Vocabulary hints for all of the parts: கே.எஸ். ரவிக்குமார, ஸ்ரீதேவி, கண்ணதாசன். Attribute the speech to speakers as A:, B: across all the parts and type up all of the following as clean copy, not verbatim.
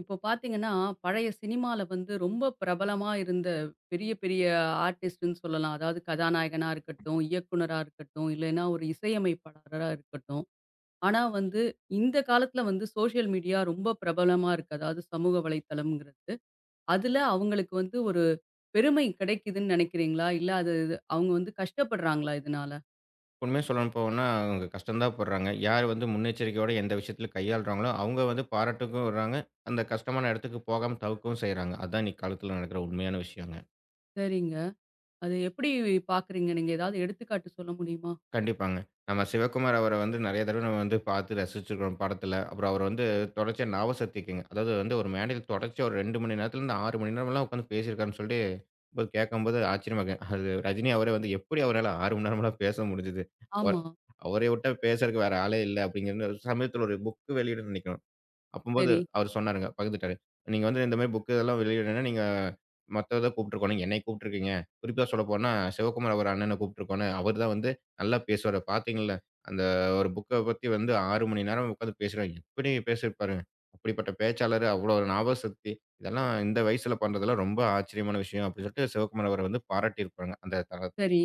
A: இப்போ பார்த்தீங்கன்னா, பழைய சினிமால வந்து ரொம்ப பிரபலமா இருந்த பெரிய, பெரிய ஆர்டிஸ்ட்ன்னு சொல்லலாம். அதாவது கதாநாயகனா இருக்கட்டும், இயக்குனரா இருக்கட்டும், இல்லைன்னா ஒரு இசையமைப்பாளரா இருக்கட்டும். ஆனா வந்து, இந்த காலத்தில வந்து சோஷியல் மீடியா ரொம்ப பிரபலமா இருக்கு. அதாவது சமூக வலைத்தளம்ங்கிறது. அதுல அவங்களுக்கு வந்து ஒரு பெருமை கிடைக்குதுன்னு நினைக்கிறீங்களா? இல்ல அது இது அவங்க வந்து கஷ்டப்படுறாங்களா இதனால?
B: உண்மைய சொல்லணும் போனா, அவங்க கஷ்டம் தான் படுறாங்க. யார் வந்து முன்னெச்சரிக்கையோட எந்த விஷயத்துல கையாளுறாங்களோ, அவங்க வந்து பாராட்டுக்கும் விடுறாங்க. அந்த கஷ்டமான இடத்துக்கு போகாம தவிர்க்கவும் செய்றாங்க. அதான் இன்னைக்கு காலத்துல நடக்குற உண்மையான விஷயங்க.
A: சரிங்க. அது எப்படி பார்க்குறீங்க? நீங்க ஏதாவது எடுத்துக்காட்டு சொல்ல முடியுமா?
B: கண்டிப்பாங்க. நம்ம சிவகுமார் அவர வந்து நெறைய தடவ நம்ம வந்து பார்த்து ரசிச்சிருக்கிறோம் படத்துல. அப்புறம் அவர வந்து தொடர்ச்சியா ஞாபக சக்திக்குங்க. அதாவது வந்து ஒரு மேடையில தொடர்ச்சியா ஒரு 2 மணி நேரத்துலருந்து 6 மணி நேரம்லாம் உட்காந்து பேசியிருக்காருன்னு சொல்லி போய் கேட்கும்போது ஆச்சரியமா இருக்கு. அது ரஜினி அவரே வந்து எப்படி அவரால 6 மணி நேரம்லாம் பேச முடிஞ்சது? அவர்
A: ஆமா.
B: அவரைய விட்டா பேசுறதுக்கு வேற ஆளே இல்ல அப்படிங்கிற சமயத்துல ஒரு புக் வெளியிடுன்னு நெனைக்கிறேன். அப்பம்போது
A: சரி,
B: அவரு சொன்னாருங்க, பகிர்ந்துட்டாரு. "நீங்க வந்து இந்த மாரி புக் இதெல்லாம் வெளியிடணும்னா, நீங்க மத்த இத கூப்பிட்டுருக்கணும். என்னைய கூப்பிட்டுருக்கீங்க. குறிப்பா சொல்லப்போனா, சிவகுமார் அவர் அண்ணன கூப்பிட்டுருக்கோணும். அவரு தான் வந்து நல்லா பேசுவாரு. பார்த்தீங்கள்ல, அந்த ஒரு புக்க பத்தி வந்து 6 மணி நேரம் உட்காந்து பேசுறாரு. எப்படி பேசியிருப்பாருங்க? அப்படிப்பட்ட பேச்சாளரு, அவ்வளோ ஞாபகசக்தி. இதெல்லாம் இந்த வயசுல பண்றதெல்லாம் ரொம்ப ஆச்சரியமான விஷயம்." அப்படின்னு சொல்லிட்டு சிவகுமார் அவர வந்து பாராட்டியிருப்பாங்க. அந்த த
A: சரி,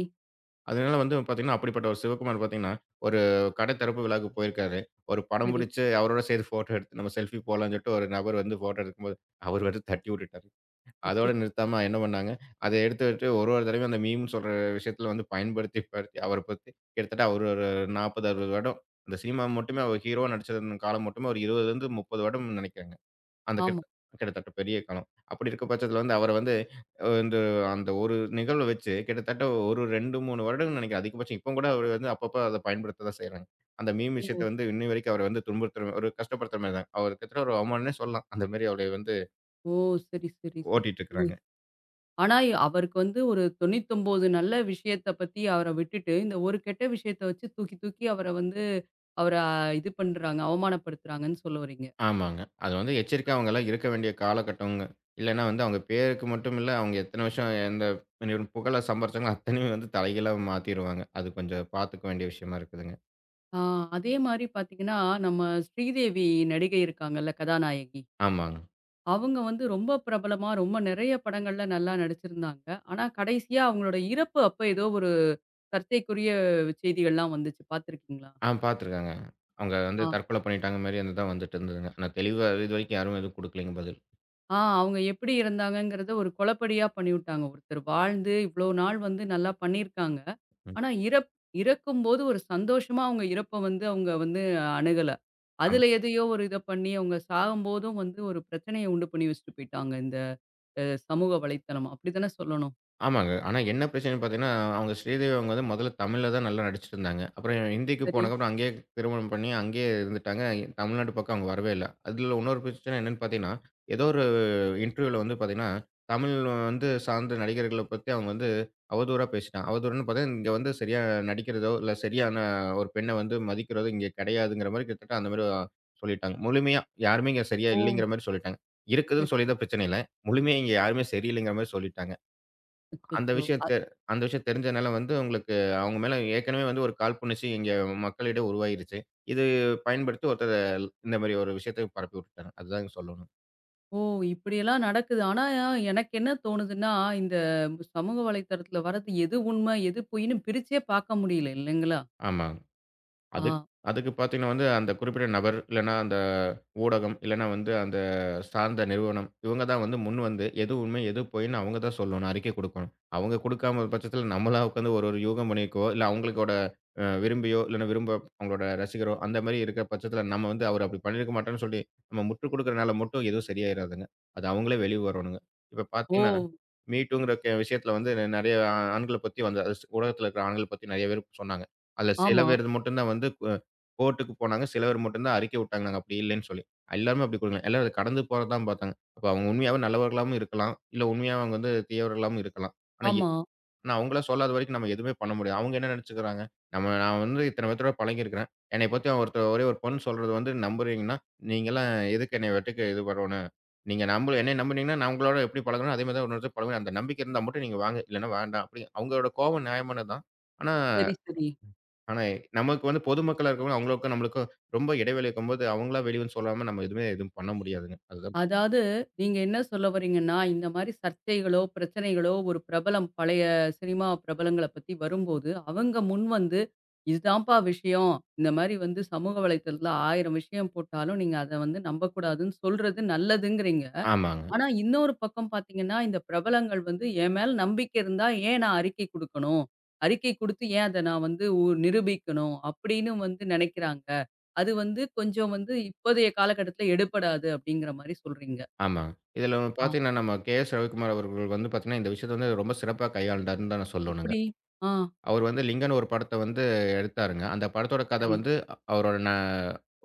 B: அதனால வந்து பார்த்தீங்கன்னா, அப்படிப்பட்ட ஒரு சிவகுமார் பார்த்தீங்கன்னா, ஒரு கடை திறப்பு விழாவுக்கு போயிருக்காரு. ஒரு படம்
A: சரி.
B: புடிச்சு அவரோட சேர்த்து ஃபோட்டோ எடுத்து நம்ம செல்ஃபி போலான்னு சொல்லிட்டு ஒரு நபர் வந்து ஃபோட்டோ எடுக்கும்போது, அவர் வந்து தட்டி விட்டுட்டாரு. அதோட
A: அச்சச்!
B: நிறுத்தாம என்ன பண்ணாங்க, அத எடுத்து எடுத்து ஒரு ஒரு தடவையும் அந்த மீம்ன்னு சொல்ற விஷயத்துல வந்து பயன்படுத்தி படுத்தி அவர பத்தி கிட்டத்தட்ட அவர் ஒரு 40, 60 வருடம் அந்த சினிமா மட்டுமே அவர் ஹீரோவா நடிச்ச காலம் மட்டுமே ஒரு 20லேருந்து 30 வருடம்னு நெனைக்கிறேங்க. அந்த
A: ஆமா.
B: கிட்ட கிட்டத்தட்ட பெரிய காலம். அப்படி இருக்க பட்சத்தில வந்து அவர வந்து அ இந்த அந்த ஒரு நிகழ்வ வச்சு கிட்டத்தட்ட ஒரு 2, 3 வருடம்னு நினைக்கிறேன். அதிகபட்சம் இப்பவும் கூட அவரு வந்து அப்பப்ப அத பயன்படுத்த தான் செய்றாங்க. அந்த மீம் விஷயத்த
A: ஓ!
B: வந்து இன்னி வரைக்கும் அவர வந்து துன்புறுத்துற ஒரு கஷ்டப்படுத்துற மாரி தான். அவர் கிட்டத்தட்ட ஒரு அவமானம்னே சொல்லலாம். அந்த மாரி அவரை வந்து
A: ஓ! சரி, சரி, சரி.
B: ஓட்டிட்டு
A: ம்.
B: இருக்கிறாங்க.
A: ஆனா அவருக்கு வந்து ஒரு 99 நல்ல விஷயத்த பத்தி அவர விட்டுட்டு, இந்த ஒரு கெட்ட விஷயத்த வச்சு தூக்கி தூக்கி அவர வந்து அவர இது பண்றாங்க, அவமானப்படுத்துறாங்கன்னு சொல்ல வர்றீங்க.
B: ஆமாங்க. அது வந்து எச்சரிக்கையா அவங்கலாம் இருக்க வேண்டிய காலகட்டம்ங்க. இல்லன்னா வந்து அவங்க பேருக்கு மட்டும் இல்ல, அவங்க எத்தன வருஷம் எந்த புகழ சம்பாரிச்சாங்களோ அத்தனையும் வந்து தலைகீழா மாத்திருவாங்க. அது கொஞ்சம் பார்த்துக்க வேண்டிய விஷயமா இருக்குதுங்க.
A: ஆ, அதே மாரி பார்த்தீங்கன்னா, நம்ம ஸ்ரீதேவி நடிகை இருக்காங்கல்ல, கதாநாயகி.
B: ஆமாங்க.
A: அவங்க வந்து ரொம்ப பிரபலமா, ரொம்ப நெறைய படங்கள்ல நல்லா நடிச்சிருந்தாங்க. ஆனா கடைசியா அவங்களோட இறப்பு அப்ப ஏதோ ஒரு சர்ச்சைக்குரிய செய்திகள்லாம் வந்துச்சு. பார்த்துருக்கீங்களா?
B: ஆ பார்த்துருக்கேங்க. அவங்க வந்து தற்கொலை பண்ணிட்டாங்க மாரி அந்த தான் வந்துட்டு இருந்ததுங்க. ஆனா தெளிவா இதுவரைக்கும் யாரும் எதுவும் குடுக்கலைங்க பதில்.
A: ஆ, அவங்க எப்படி இருந்தாங்கங்கிறத ஒரு கொலப்படியா பண்ணிவிட்டாங்க. ஒருத்தர் வாழ்ந்து இவ்ளோ நாள் வந்து நல்லா பண்ணியிருக்காங்க.
B: ம்.
A: ஆனா இறக்கும்போது ஒரு சந்தோஷமா அவங்க இறப்ப வந்து அவங்க வந்து அணுகல.
B: ஆமா.
A: அதுல எதையோ ஒரு இத பண்ணி அவங்க சாகும்போதும் வந்து ஒரு பிரச்சனைய உண்டு பண்ணி வச்சுட்டு போயிட்டாங்க. இந்த அ சமூக வலைத்தளம் அப்படித்தானே சொல்லணும்.
B: ஆமாங்க. ஆனா என்ன பிரச்சனைன்னு பார்த்தீங்கன்னா, அவங்க ஸ்ரீதேவி அவங்க வந்து முதல்ல தமிழ்ல தான் நல்லா நடிச்சிட்டுருந்தாங்க. அப்புறம் ஹிந்திக்கு
A: சரி.
B: போனதுக்கப்புறம் அங்கேயே திருமணம் பண்ணி அங்கேயே இருந்துட்டாங்க. தமிழ்நாட்டு பக்கம் அவங்க வரவே இல்ல. அதுல இன்னொரு பிரச்சனை என்னன்னு பார்த்தீங்கன்னா, ஏதோ இன்டர்வியூல வந்து பார்த்தீங்கன்னா, தமிழ் வந்து சார்ந்த நடிகர்கள பத்தி அவங்க வந்து அவதூறா பேசிட்டான். அவதூறுன்னு பார்த்தீங்கன்னா, இங்க வந்து சரியா நடிக்கிறதோ, இல்ல சரியான ஒரு பெண்ண வந்து மதிக்கிறதோ இங்க கிடையாதுங்கிற மாரி கிட்டத்தட்ட அந்த மாரி சொல்லிட்டாங்க. முழுமையா யாருமே இங்க சரியா
A: ஓ!
B: இல்லைங்கிற மாரி சொல்லிட்டாங்க. இருக்குதுன்னு
A: சரி.
B: சொல்லியிருந்தா பிரச்சனை இல்ல. முழுமையா இங்க யாருமே சரியில்லைங்கிற மாரி சொல்லிட்டாங்க. அந்த
A: அச்சச்சோ!
B: விஷயம் தெ அந்த விஷயம் தெரிஞ்சனால வந்து உங்களுக்கு அவங்க மேல ஏற்கனவே வந்து ஒரு காழ்ப்புணர்ச்சி இங்க மக்களிடம் உருவாகிருச்சு. இது பயன்படுத்தி ஒருத்தர் இந்த மாரி ஒரு விஷயத்த பரப்பி விட்டுட்டாங்க. அதுதான் இங்க சொல்லணும்.
A: ஓ! இப்படியெல்லாம் நடக்குது. ஆனா எனக்கு என்ன தோணுதுன்னா, இந்த சமூக வலைத்தளத்துல வர்றது எது உண்மை, எது பொய்ன்னு பிரிச்சே பார்க்க முடியல இல்லைங்களா?
B: ஆமா. அதுக்
A: ஆ.
B: அதுக்கு பார்த்தீங்கன்னா வந்து, அந்த குறிப்பிட்ட நபர், இல்லன்னா அந்த ஊடகம், இல்லன்னா வந்து அந்த சார்ந்த நிறுவனம், இவங்க தான் வந்து முன் வந்து எது உண்மை, எது பொய்ன்னு அவங்க தான் சொல்லணும். அறிக்கை குடுக்கணும். அவங்க குடுக்காம பட்சத்தில நம்மளா உட்காந்து ஒரு ஒரு யூகம் பண்ணிக்கோ, இல்ல அவங்களோட விரும்பியோ, இல்லன்னா விரும்ப அவங்களோட ரசிகரோ, அந்த மாரி இருக்கிற பட்சத்தில நம்ம வந்து அவர் அப்படி பண்ணியிருக்க மாட்டார்ன்னு சொல்லி, நம்ம முற்று குடுக்கிறனால மட்டும் எதுவும் சரியாயிராதுங்க. அது அவங்களே வெளிய வரணுங்க. இப்ப
A: ஓ!
B: பார்த்தீங்கன்னா, மீ டூங்கிற விஷயத்தில வந்து நெறைய ஆண்கள பத்தி வந்து அது ஊடகத்தில இருக்கிற ஆண்கள பத்தி நெறைய பேர் சொன்னாங்க. அதுல சில
A: ஆமா,
B: பேர் மட்டும் தான் வந்து கோர்ட்டுக்கு போனாங்க. சில பேர் மட்டும் தான் அறிக்கை விட்டாங்க. நாங்க அப்படி இல்லன்னு சொல்லி. எல்லாருமே அப்படி குடுக்கல. எல்லாரும் அத கடந்து போறத தான் பார்த்தாங்க. அப்ப அவங்க உண்மையாவே நல்லவர்களாவும் இருக்கலாம். இல்ல உண்மையாவே அவங்க வந்து தீயவர்களாவும் இருக்கலாம்.
A: ஆமா.
B: ஆனா அவங்களே சொல்லாத வரைக்கும் நம்ம எதுவுமே பண்ண முடியாது. அவங்க என்ன நெனச்சுக்கிறாங்க? நம்ம நான் வந்து இத்தன பேத்தோட பழகியிருக்கிறேன். என்னைய பத்தி அவன் ஒருத்தர் ஒரே ஒரு பொண்ணு சொல்றது வந்து நம்புறீங்கன்னா, நீங்கலாம் எதுக்கு என்னைய வெட்டுக்கு இது பண்ணணும்? நீங்க நம்ப என்னைய நம்புனீங்கன்னா, நான் உங்களோட எப்படி பழகுறேனோ அதே மாரி தான் இன்னொருத்தர் பழகுவேன். அந்த நம்பிக்கை இருந்தா மட்டும் நீங்க வாங்க. இல்லன்னா வேண்டாம். அப்படி அவங்களோட கோவம் நியாயமானது தான். ஆனா
A: சரி, சரி.
B: ஆனா, நமக்கு வந்து பொதுமக்களா இருக்கவங்க அவங்களுக்கும் நம்மளுக்கும் ரொம்ப இடைவெளி இருக்கும்போது, அவங்களா வெளிய வந்து சொல்லாம நம்ம எதுவுமே எதுவும் பண்ண முடியாதுங்க. அதுதான்
A: அதாவது நீங்க என்ன சொல்ல வரீங்கன்னா, இந்த மாரி சர்ச்சைகளோ, பிரச்சனைகளோ ஒரு பிரபலம் பழைய சினிமா பிரபலங்கள பத்தி வரும்போது, அவங்க முன் வந்து, "இதுதான்ப்பா விஷயம். இந்த மாரி வந்து சமூக வலைத்தளத்தில 1000 விஷயம் போட்டாலும், நீங்க அத வந்து நம்பக்கூடாதுன்னு" சொல்றது நல்லதுங்கிறீங்க.
B: ஆமாங்க,
A: ஆனா இன்னொரு பக்கம் பார்த்தீங்கன்னா, இந்த பிரபலங்கள் வந்து என் மேல நம்பிக்கை இருந்தா ஏன் நான் அறிக்கை குடுக்கணும்? அறிக்கை குடுத்து ஏன் அத நான் வந்து உ நிரூபிக்கணும்? அப்படின்னு வந்து நெனைக்கிறாங்க. அது வந்து கொஞ்சம் வந்து இப்போதைய காலகட்டத்தில எடுபடாது அப்படிங்கிற மாரி சொல்றீங்க.
B: ஆமாங்க. இதில
A: ஆ,
B: பார்த்தீங்கன்னா, நம்ம கே.எஸ். ரவிக்குமார் அவர்கள் வந்து பார்த்தீங்கன்னா, இந்த விஷயத்த வந்து ரொம்ப சிறப்பா கையாண்டாருன்னு தான் நான் சொல்லணுங்க.
A: எப்படி? ஆ,
B: அவர் வந்து லிங்கன்னு ஒரு படத்த வந்து எடுத்தாருங்க. அந்த படத்தோட கதை
A: சரி,
B: வந்து அ- அவரோட ந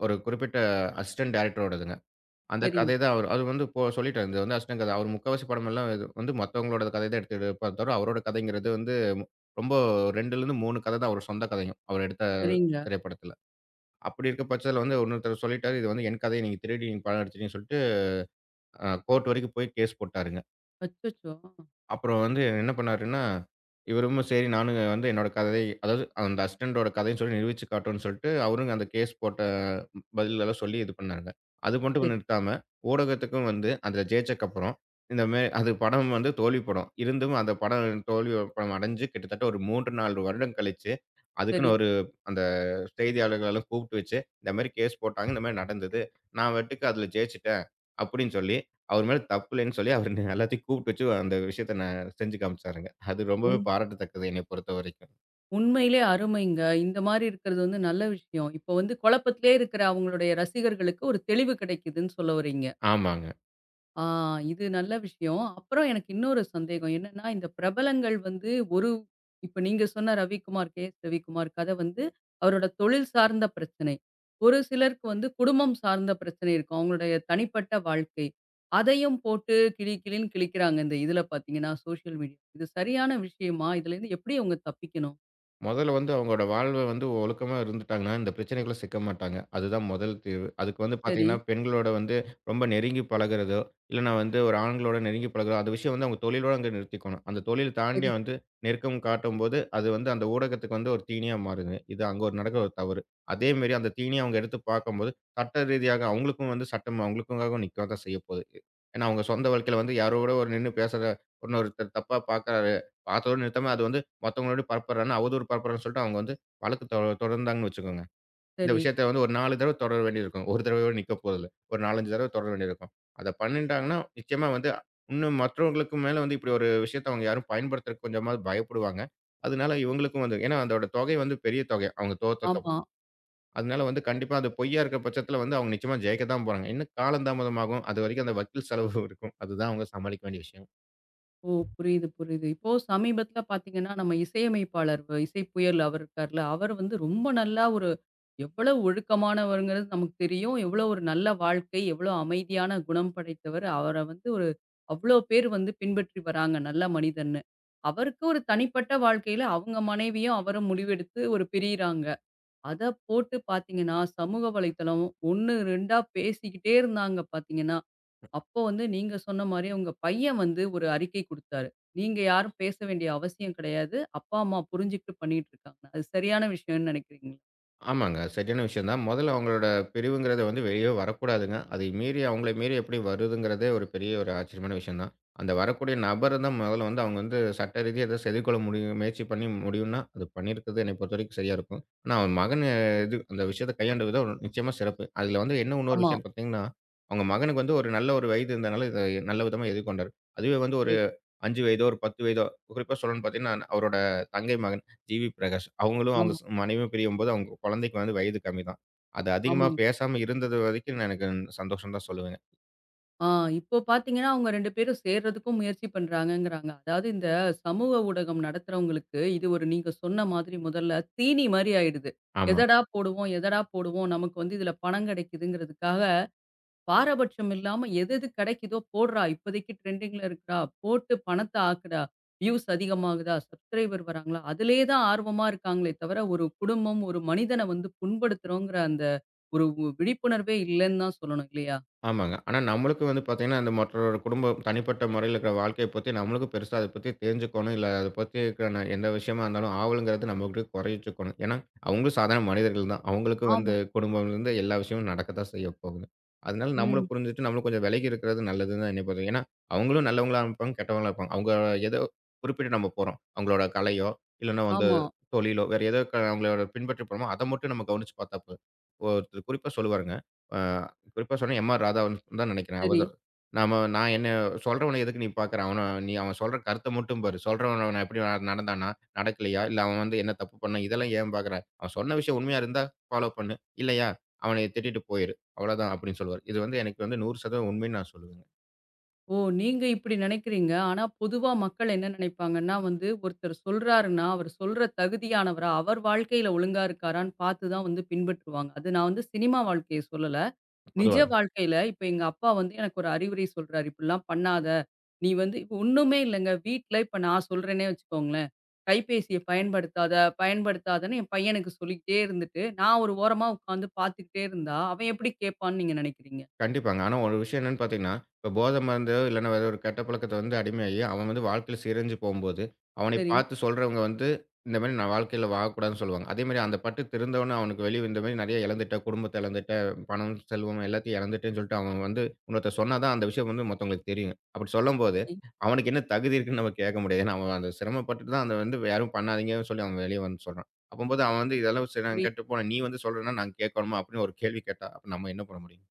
B: ஒரு குறிப்பிட்ட அசிஸ்டன்ட் டைரக்டரோடதுங்க. அந்த
A: சரிங்க,
B: கதை தான் அவர் அது வந்து இப்போ சொல்லிட்டாரு. இது வந்து அசிஸ்டன்ட் கதை. அவர் முக்காவாசி படமெல்லாம் இது வந்து மத்தவங்களோட கதை தான் எடுத்து எடுப்பார் தவிர, அவரோட கதைங்கிறது வந்து ரொம்ப 2லேருந்து 3 கதை தான் அவர் சொந்த கதையும். அவர் எடுத்த
A: சரிங்க.
B: திரைப்படத்துல. அப்படி இருக்க பட்சத்துல வந்து இன்னொருத்தர் சொல்லிட்டாரு, "இது வந்து என் கதைய நீங்க திருடி நீங்க படம் எடுத்துட்டீங்கன்னு" சொல்லிட்டு கோர்ட் வரைக்கும் போய் கேஸ் போட்டாருங்க.
A: அச்சச்சோ!
B: அப்புறம் வந்து என்ன பண்ணாருன்னா, இவரும் சரி நானும் வந்து என்னோட கதை அதாவது அந்த அசிஸ்டன்டோட கதைன்னு சொல்லி நிரூபிச்சு காட்டுவோம்ன்னு சொல்லிட்டு, அவரும் அந்த கேஸ் போட்ட பதிலெல்லாம் சொல்லி இது பண்ணாங்க. அது மட்டும்
A: சரி,
B: நிறுத்தாம, ஊடகத்துக்கும் வந்து அதுல ஜெயிச்சக்கப்புறம், இந்த மே அது படம் வந்து தோல்வி படம். இருந்தும் அந்த படம் தோல்வி படம் அடைஞ்சு கிட்டத்தட்ட ஒரு 3, 4 வருடம் கழிச்சு,
A: சரி.
B: அதுக்குன்னு அந்த செய்தியாளர்களெல்லாம் கூப்பிட்டு வச்சு, இந்த மாரி கேஸ் போட்டாங்க. இந்த மாரி நடந்தது. நான் பாட்டுக்கு அதுல ஜெயிச்சுட்டேன் அப்படின்னு சொல்லி, அவர் மேல தப்பு இல்லைன்னு சொல்லி அவரு எல்லாத்தையும் கூப்பிட்டு வச்சு அந்த விஷயத்த நான் செஞ்சு காமிச்சாருங்க. அது
A: உண்
B: ரொம்பவே பாராட்டத்தக்கது என்னைய பொறுத்தவரைக்கும்.
A: உண்மையிலே அருமைங்க. இந்த மாரி இருக்கிறது வந்து நல்ல விஷயம். இப்போ வந்து குழப்பத்திலே இருக்கிற அவங்களுடைய ரசிகர்களுக்கு ஒரு தெளிவு கிடைக்குதுன்னு சொல்ல வரீங்க.
B: ஆமாங்க.
A: ஆ, இது நல்ல விஷயம். அப்புறம் எனக்கு இன்னொரு சந்தேகம் என்னன்னா, இந்த பிரபலங்கள் வந்து ஒரு இப்ப நீங்க சொன்ன ரவிக்குமார், கே.எஸ். ரவிக்குமார் கதை வந்து அவரோட தொழில் சார்ந்த பிரச்சனை. ஒரு சிலருக்கு வந்து குடும்பம் சார்ந்த பிரச்சனை இருக்கும். அவங்களுடைய தனிப்பட்ட வாழ்க்கை. அதையும் போட்டு கிளி கிளின்னு கிழிக்கிறாங்க இந்த இதில பார்த்தீங்கன்னா, சோஷியல் மீடியா. இது சரியான விஷயமா? இதுலேருந்து எப்படி அவங்க தப்பிக்கணும்?
B: முதல்ல வந்து அவங்களோட வாழ்வு வந்து ஒழுக்கமா இருந்துட்டாங்கன்னா, இந்த பிரச்சனைக்குள்ள சிக்க மாட்டாங்க. அதுதான் முதல் தீர்வு. அதுக்கு வந்து
A: சரி,
B: பார்த்தீங்கன்னா, பெண்களோட வந்து ரொம்ப நெருங்கி பழகுறதோ, இல்லன்னா வந்து ஒரு ஆண்களோட நெருங்கி பழகுறதோ, அந்த விஷயம் வந்து அவங்க தொழிலோட அங்க நிறுத்திக்கணும். அந்த தொழில் தாண்டி
A: சரி,
B: வந்து நெருக்கம் காட்டும்போது, அது வந்து அந்த ஊடகத்துக்கு வந்து ஒரு தீனியா மாறுது. இது அங்க ஒரு நடக்கிற ஒரு தவறு. அதேமாரி அந்த தீனிய அவங்க எடுத்து பார்க்கும்போது, சட்ட ரீதியாக அவங்களுக்கும் வந்து சட்டம் அவங்களுக்காக நிக்க தான் செய்ய போகுது. ஏன்னா, அவங்க சொந்த வாழ்க்கையில வந்து யாரோட ஒரு நின்னு பேசுற இன்னொருத்தர் தப்பா பார்க்குறாரு. பார்த்ததோட நிறுத்தாம அது வந்து மத்தவங்களோட பரப்புறான்னா, அவதூறு பரப்புறான்னு சொல்லிட்டு அவங்க வந்து வழக்கு தொ தொடர்ந்தாங்கன்னு வச்சுக்கோங்க. இந்த
A: சரி.
B: விஷயத்த வந்து ஒரு 4 தடவ தொடர வேண்டியிருக்கும். ஒரு தடவையோட நிக்கப் போறதில்ல. ஒரு 4, 5 தடவ தொடர வேண்டியிருக்கும். அத பண்ணிட்டாங்கன்னா, நிச்சயமா வந்து இன்னும் மற்றவங்களுக்கு மேல வந்து இப்படி ஒரு விஷயத்த அவங்க யாரும் பயன்படுத்துறக்கு கொஞ்சமாவது பயப்படுவாங்க. அதனால இவங்களுக்கும் வந்து ஏன்னா அதோட தொகை வந்து பெரிய தொகை. அவங்க
A: ஆமா.
B: தோத்ததுக்கப்புறம். அதனால வந்து கண்டிப்பா அது பொய்யா இருக்கிற பட்சத்தில வந்து அவங்க நிச்சயமா ஜெயிக்க தான் போறாங்க. இன்னும் காலம் தாமதமாகும். அதுவரைக்கும் அந்த வக்கீல் செலவு இருக்கும். அதுதான் அவங்க சமாளிக்க வேண்டிய விஷயம்.
A: ஓ! புரியுது, புரியுது. இப்போ சமீபத்தில பார்த்தீங்கன்னா, நம்ம இசையமைப்பாளர் இசை புயல் அவர் இருக்கார்ல, அவர் வந்து ரொம்ப நல்லா ஒரு எவ்வளவு ஒழுக்கமானவருங்கிறது நமக்கு தெரியும். எவ்வளோ ஒரு நல்ல வாழ்க்கை, எவ்வளோ அமைதியான குணம் படைத்தவர். அவர வந்து ஒரு அவ்வளோ பேர் வந்து பின்பற்றி வராங்க, நல்ல மனிதன்னு. அவருக்கு ஒரு தனிப்பட்ட வாழ்க்கையில அவங்க மனைவியும், அவரும் முடிவெடுத்து ஒரு பிரியிறாங்க. அத போட்டு பார்த்தீங்கன்னா, சமூக வலைத்தளம் 1, 2ஆ பேசிக்கிட்டே இருந்தாங்க பார்த்தீங்கன்னா. அப்போ வந்து நீங்க சொன்ன மாரி உங்க பையன் வந்து ஒரு அறிக்கை குடுத்தாரு. நீங்க யாரும் பேச வேண்டிய அவசியம் கிடையாது. அப்பா, அம்மா புரிஞ்சுகிட்டு பண்ணிட்டு இருக்காங்க. அது சரியான விஷயம்னு நினைக்கிறீங்களா?
B: ஆமாங்க. சரியான விஷயம் தான். முதல்ல அவங்களோட பிரிவுங்கிறது வந்து வெளியவே வரக்கூடாதுங்க. அதை மீறி அவங்கள மீறி எப்படி வருதுங்கிறதே ஒரு பெரிய ஒரு ஆச்சரியமான விஷயம் தான். அந்த வரக்கூடிய நபர் தான் முதல்ல வந்து அவங்க வந்து சட்ட ரீதியா ஏதோ செதில்கொள்ள முடியும் முயற்சி பண்ணி முடியும்னா, அது பண்ணியிருக்கிறது என்னை பொறுத்தவரைக்கும் சரியா இருக்கும். ஆனா அவன் மகன் இது அந்த விஷயத்த கையாண்ட விதம் ஒரு நிச்சயமா சிறப்பு. அதில வந்து என்ன இன்னொரு
A: ஆமா. ம்.
B: விஷயம் பார்த்தீங்கன்னா, அவங்க மகனுக்கு வந்து ஒரு நல்ல ஒரு வயது இருந்தனால இத நல்ல விதமா எதிர்கொண்டாரு. அதுவே வந்து ஒரு
A: அதேதான்.
B: 5 வயதோ, ஒரு 10 வயதோ குறிப்பா சொல்லணும்னு பார்த்தீங்கன்னா, அவரோட தங்கை மகன் ஜிவி பிரகாஷ். அவங்களும் அவங்க
A: ஆமா.
B: ஸ் மனைவியும் பிரியும்போது, அவங்க குழந்தைக்கு வந்து வயது கம்மி தான். அது அதிகமா
A: ஆமாங்க.
B: பேசாம இருந்தது வரைக்கும் நான் எனக்கு சந்தோஷம் தான் சொல்லுவேங்க.
A: ஆ, இப்போ பார்த்தீங்கன்னா, அவங்க 2 பேரும் சேர்றதுக்கும் முயற்சி பண்றாங்கங்கிறாங்க. அதாவது இந்த சமூக ஊடகம் நடத்துறவங்களுக்கு இது ஒரு நீங்க சொன்ன மாதிரி முதல்ல தீனி மாரி ஆயிடுது.
B: ஆமா. ஆமா.
A: எதடா போடுவோம், எதடா போடுவோம் நமக்கு வந்து இதுல பணம் கிடைக்குதுங்கிறதுக்காக பாரபட்சம் இல்லாம எது எது கிடைக்குதோ போடுறா, இப்போதைக்கு ட்ரெண்டிங்ல இருக்குடா, போட்டு பணத்த ஆக்குடா, வியூஸ் அதிகமாகுதா, சப்ஸ்கிரைபர் வராங்களா, அதிலேயே தான் ஆர்வமா இருக்காங்களே தவிர, ஒரு குடும்பம், ஒரு மனிதன வந்து புண்படுத்துறோங்கிற அந்த ஒரு உ விழிப்புணர்வே இல்லன்னு தான் சொல்லணும் இல்லையா?
B: ஆமாங்க. ஆனா நம்மளுக்கு வந்து பார்த்தீங்கன்னா, அந்த மற்றவரோட குடும்பம், தனிப்பட்ட முறையில இருக்கிற வாழ்க்கைய பத்தி நம்மளுக்கும் பெருசா அத பத்தி தெரிஞ்சுக்கணும். இல்ல அத பத்தி இருக்கிற எந்த விஷயமா இருந்தாலும் ஆவலுங்கிறது நம்மகிட்ட கொறைச்சுக்கணும். ஏன்னா, அவங்களும் சாதாரண மனிதர்கள் தான். அவங்களுக்கும்
A: ஆமா.
B: வந்து குடும்பம்லேருந்து எல்லா விஷயமும் நடக்கத்தான் செய்ய போகுது. அதனால
A: ம்.
B: நம்மளும் புரிஞ்சுட்டு, நம்மளும் கொஞ்சம் விலகி இருக்கிறது நல்லதுன்னு தான் என்னை பொறுத்தவரைக்கும். ஏன்னா, அவங்களும் நல்லவங்களா இருப்பாங்க, கெட்டவங்களா இருப்பாங்க. அவங்க ஏதோ குறிப்பிட்டு நம்ம போறோம். அவங்களோட கலையோ, இல்லன்னா வந்து
A: ஆமா.
B: தொழிலோ, வேற ஏதோ அவங்களோட பின்பற்றி போறோமோ, அத மட்டும் நம்ம கவனிச்சு பார்த்தா போதும். ஒருத்தர் குறிப்பா சொல்லுவாருங்க. அ குறிப்பா சொன்னா எம்.ஆர். ராதாவன் தான் நினைக்கிறேன்.
A: சரி.
B: அவர்தான். நாம நான் என்ன சொல்றவன எதுக்கு நீ பாக்குற? அவன நீ அவன் சொல்ற கருத்த மட்டும் பாரு. சொல்றவன் அவன் எப்படி நடந்தானா? நடக்கலையா? இல்ல அவன் வந்து என்ன தப்பு பண்ணான்? இதெல்லாம் ஏன் பாக்குற? அவன் சொன்ன விஷயம் உண்மையா இருந்தா ஃபாலோ பண்ணு. இல்லையா? அவனைய திட்டிட்டு போயிரு. அவ்வளவுதான் அப்படின்னு சொல்லுவாரு. இது வந்து எனக்கு வந்து 100% உண்மைன்னு நான் சொல்லுவேங்க.
A: ஓ! நீங்க இப்படி நினைக்கிறீங்க. ஆனா பொதுவா மக்கள் என்ன நினைப்பாங்கன்னா வந்து, ஒருத்தர் சொல்றாருன்னா, அவர் சொல்ற தகுதியானவரா, அவர் வாழ்க்கையில ஒழுங்கா இருக்காரான்னு பார்த்து தான் வந்து பின்பற்றுவாங்க. அது நான் வந்து சினிமா வாழ்க்கைய சொல்லல. நிஜ
B: பொதுவா.
A: வாழ்க்கையில, இப்ப எங்க அப்பா வந்து எனக்கு ஒரு அறிவுரை சொல்றாரு. "இப்படிலாம் பண்ணாத. நீ வந்து" இப்ப ஒண்ணுமே இல்லங்க. வீட்ல இப்ப நான் சொல்றேன்னே வச்சுக்கோங்களேன். "கைபேசிய பயன்படுத்தாத, பயன்படுத்தாதன்னு" என் பையனுக்கு சொல்லிக்கிட்டே இருந்துட்டு, நான் ஒரு ஓரமா உட்காந்து பார்த்துக்கிட்டே இருந்தா, அவன் எப்படி கேட்பான்னு நீங்க நினைக்கிறீங்க?
B: கண்டிப்பாங்க. ஆனா ஒரு விஷயம் என்னன்னு பார்த்தீங்கன்னா, இப்ப போதை மருந்தோ இல்லன்னா வேற ஒரு கெட்ட பழக்கத்த வந்து அடிமையாகி, அவன் வந்து வாழ்க்கையில சிரஞ்சு போம்போது, அவனை
A: சரி,
B: பார்த்து சொல்றவங்க வந்து, இந்த மாரி நான் வாழ்க்கையில வாழக்கூடாதுன்னு சொல்லுவாங்க. அதே மாரி அந்த பட்டு திருந்தவனு அவனுக்கு வெளிய இந்த மாரி நெறைய இழந்துட்டேன், குடும்பத்த இழந்துட்டேன், பணம், செல்வம் எல்லாத்தையும் இழந்துட்டேன்னு சொல்லிட்டு அவன் வந்து இன்னொருத்தர் சொன்னா தான் அந்த விஷயம் வந்து மத்தவங்களுக்கு தெரியும். அப்படி சொல்லும்போது,
A: சரி.
B: அவனுக்கு என்ன தகுதி இருக்குன்னு நம்ம கேட்க முடியாது. ஏன்னா அவன் அந்த சிரமப்பட்டுட்டு தான் அத வந்து யாரும் பண்ணாதீங்கன்னு சொல்லி அவன் வெளிய வந்து சொல்றான். அப்பம்போது அவன் வந்து இதெல்லாம் சரி நான்
A: புரியுது.
B: கெட்டு போனேன். நீ வந்து சொல்றேன்னா நான் கேட்கணுமா? அப்படின்னு ஒரு கேள்வி கேட்டா, அப்ப நம்ம என்ன பண்ண முடியும்?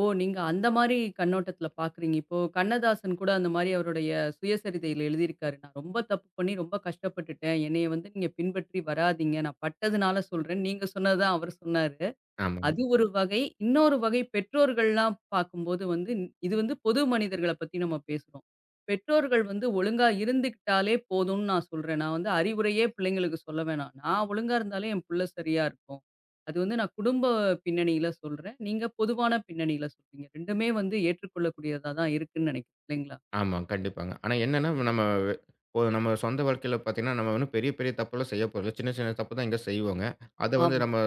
A: ஓ! நீங்க அந்த மாரி கண்ணோட்டத்துல பார்க்குறீங்க. இப்போ கண்ணதாசன் கூட அந்த மாரி அவருடைய சுயசரிதையில எழுதியிருக்காரு. "நான் ரொம்ப தப்பு பண்ணி, ரொம்ப கஷ்டப்பட்டுட்டேன். என்னைய வந்து நீங்க பின்பற்றி வராதீங்க. நான் பட்டதுனால சொல்றேன்." நீங்க சொன்னது தான் அவர் சொன்னாரு.
B: ஆமா.
A: அது ஒரு வகை. இன்னொரு வகை பெற்றோர்கள்லாம் பார்க்கும்போது வந்து, இது வந்து பொது மனிதர்கள பத்தி நம்ம பேசுறோம். பெற்றோர்கள் வந்து ஒழுங்கா இருந்துக்கிட்டாலே போதும்னு நான் சொல்றேன். நான் வந்து அறிவுரையே பிள்ளைங்களுக்கு சொல்ல வேணாம். நான் ஒழுங்கா இருந்தாலே என் புள்ள சரியா இருக்கும். அது வந்து நான் குடும்ப பின்னணியில சொல்றேன். நீங்க பொதுவான பின்னணியில சொல்றீங்க. 2மே வந்து ஏற்றுக்கொள்ளக்கூடியதா தான் இருக்குன்னு நினைக்கிறேன். இல்லைங்களா?
B: ஆமா, கண்டிப்பாங்க. ஆனா என்னன்னா, நம்ம வெ- இப்போ நம்ம சொந்த வாழ்க்கையில பார்த்தீங்கன்னா, நம்ம ஒண்ணும் பெரிய, பெரிய தப்புலாம் செய்ய போறதில்ல. சின்ன, சின்ன தப்பு தான் எங்கேயோ செய்வோங்க. அத வந்து
A: ஆமா.
B: நம்ம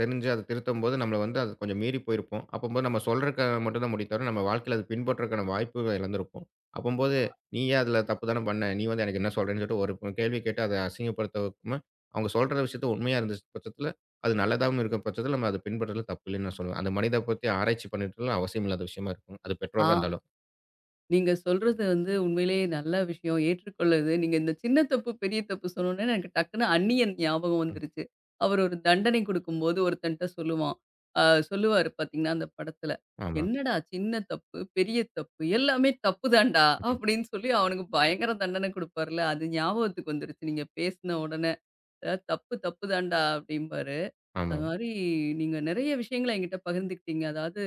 B: தெரிஞ்சு அத திருத்தும்போது, நம்மள வந்து அது கொஞ்சம் மீறி போயிருப்போம். அப்பம்போது நம்ம சொல்றதுக்கு மட்டும் தான் முடியும் தவிர, நம்ம வாழ்க்கையில அது பின்பற்றதுக்கான வாய்ப்புகள இழந்திருப்போம். அப்பம்போது, "நீயே அதுல தப்பு தானே பண்ண. நீ வந்து எனக்கு என்ன சொல்றேன்னு" சொல்லிட்டு ஒரு கேள்வி கேட்டு அத அசிங்கப்படுத்தாம, அவங்க சொல்ற விஷயத்த உண்மையா இருந்த பட்சத்தில, அது நல்லதாவும் இருக்கிற பட்சத்தில, நம்ம அத பின்பற்றதுல தப்பு இல்லைன்னு நான் சொல்லுவேன். அந்த மனித பத்தி ஆராய்ச்சி பண்ணிட்டுலாம் அவசியம் இல்லாத விஷயமா இருக்கும். அது பெற்றோரா
A: ஆ.
B: இருந்தாலும்.
A: நீங்க சொல்றது வந்து உண்மையிலேயே நல்ல விஷயம். ஏற்றுக்கொள்ளுது. நீங்க இந்த சின்ன தப்பு, பெரிய தப்பு சொன்னோனே எனக்கு டக்குனு அந்நியன் ஞாபகம்
B: ம்.
A: வந்துருச்சு. அவர் ஒரு தண்டனை குடுக்கும்போது ஒருத்தன்ட்ட சொல்லுவான். அ சொல்லுவாரு பார்த்தீங்கன்னா, அந்த படத்துல.
B: ஆமா.
A: "என்னடா சின்ன தப்பு, பெரிய தப்பு எல்லாமே தப்பு தான்டா" அப்படின்னு சொல்லி அவனுக்கு பயங்கர தண்டனை குடுப்பார்ல. அது ஞாபகத்துக்கு வந்துருச்சு நீங்க பேசின உடனே. "அ தப்பு தப்பு தான்டா" அப்படிம்பாரு. அது
B: ஆமாம்.
A: மாரி நீங்க நெறைய விஷயங்கள என்கிட்ட பகிர்ந்துக்கிட்டீங்க. அதாவது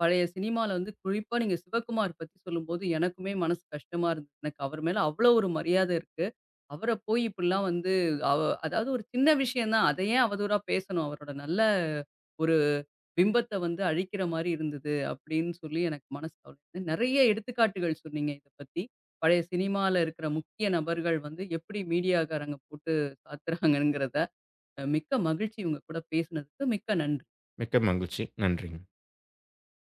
A: பழைய சினிமால வந்து குறிப்பா நீங்க சிவகுமார் பத்தி சொல்லும்போது எனக்குமே மனசு கஷ்டமா இருந்தது. எனக்கு அவர் மேல அவ்ளோ ஒரு மரியாதை இருக்கு. அவர போய் இப்படிலாம் வந்து அவ அதாவது ஒரு சின்ன விஷயம் தான். அத ஏன் அவதூறா பேசணும்? அவரோட நல்ல ஒரு பிம்பத்த வந்து அழிக்கிற மாரி இருந்தது அப்படின்னு சொல்லி எனக்கு மனசு கவலை. நெறைய எடுத்துக்காட்டுகள் சொன்னீங்க இத பத்தி. பழைய சினிமால இருக்கிற முக்கிய நபர்கள் வந்து எப்படி மீடியாக்காரங்க போட்டு சாத்துறாங்கங்கிறத. மிக்க மகிழ்ச்சி உங்க கூட பேசினதுக்கு மிக்க நன்றி.
B: மிக்க மகிழ்ச்சி. நன்றிங்க.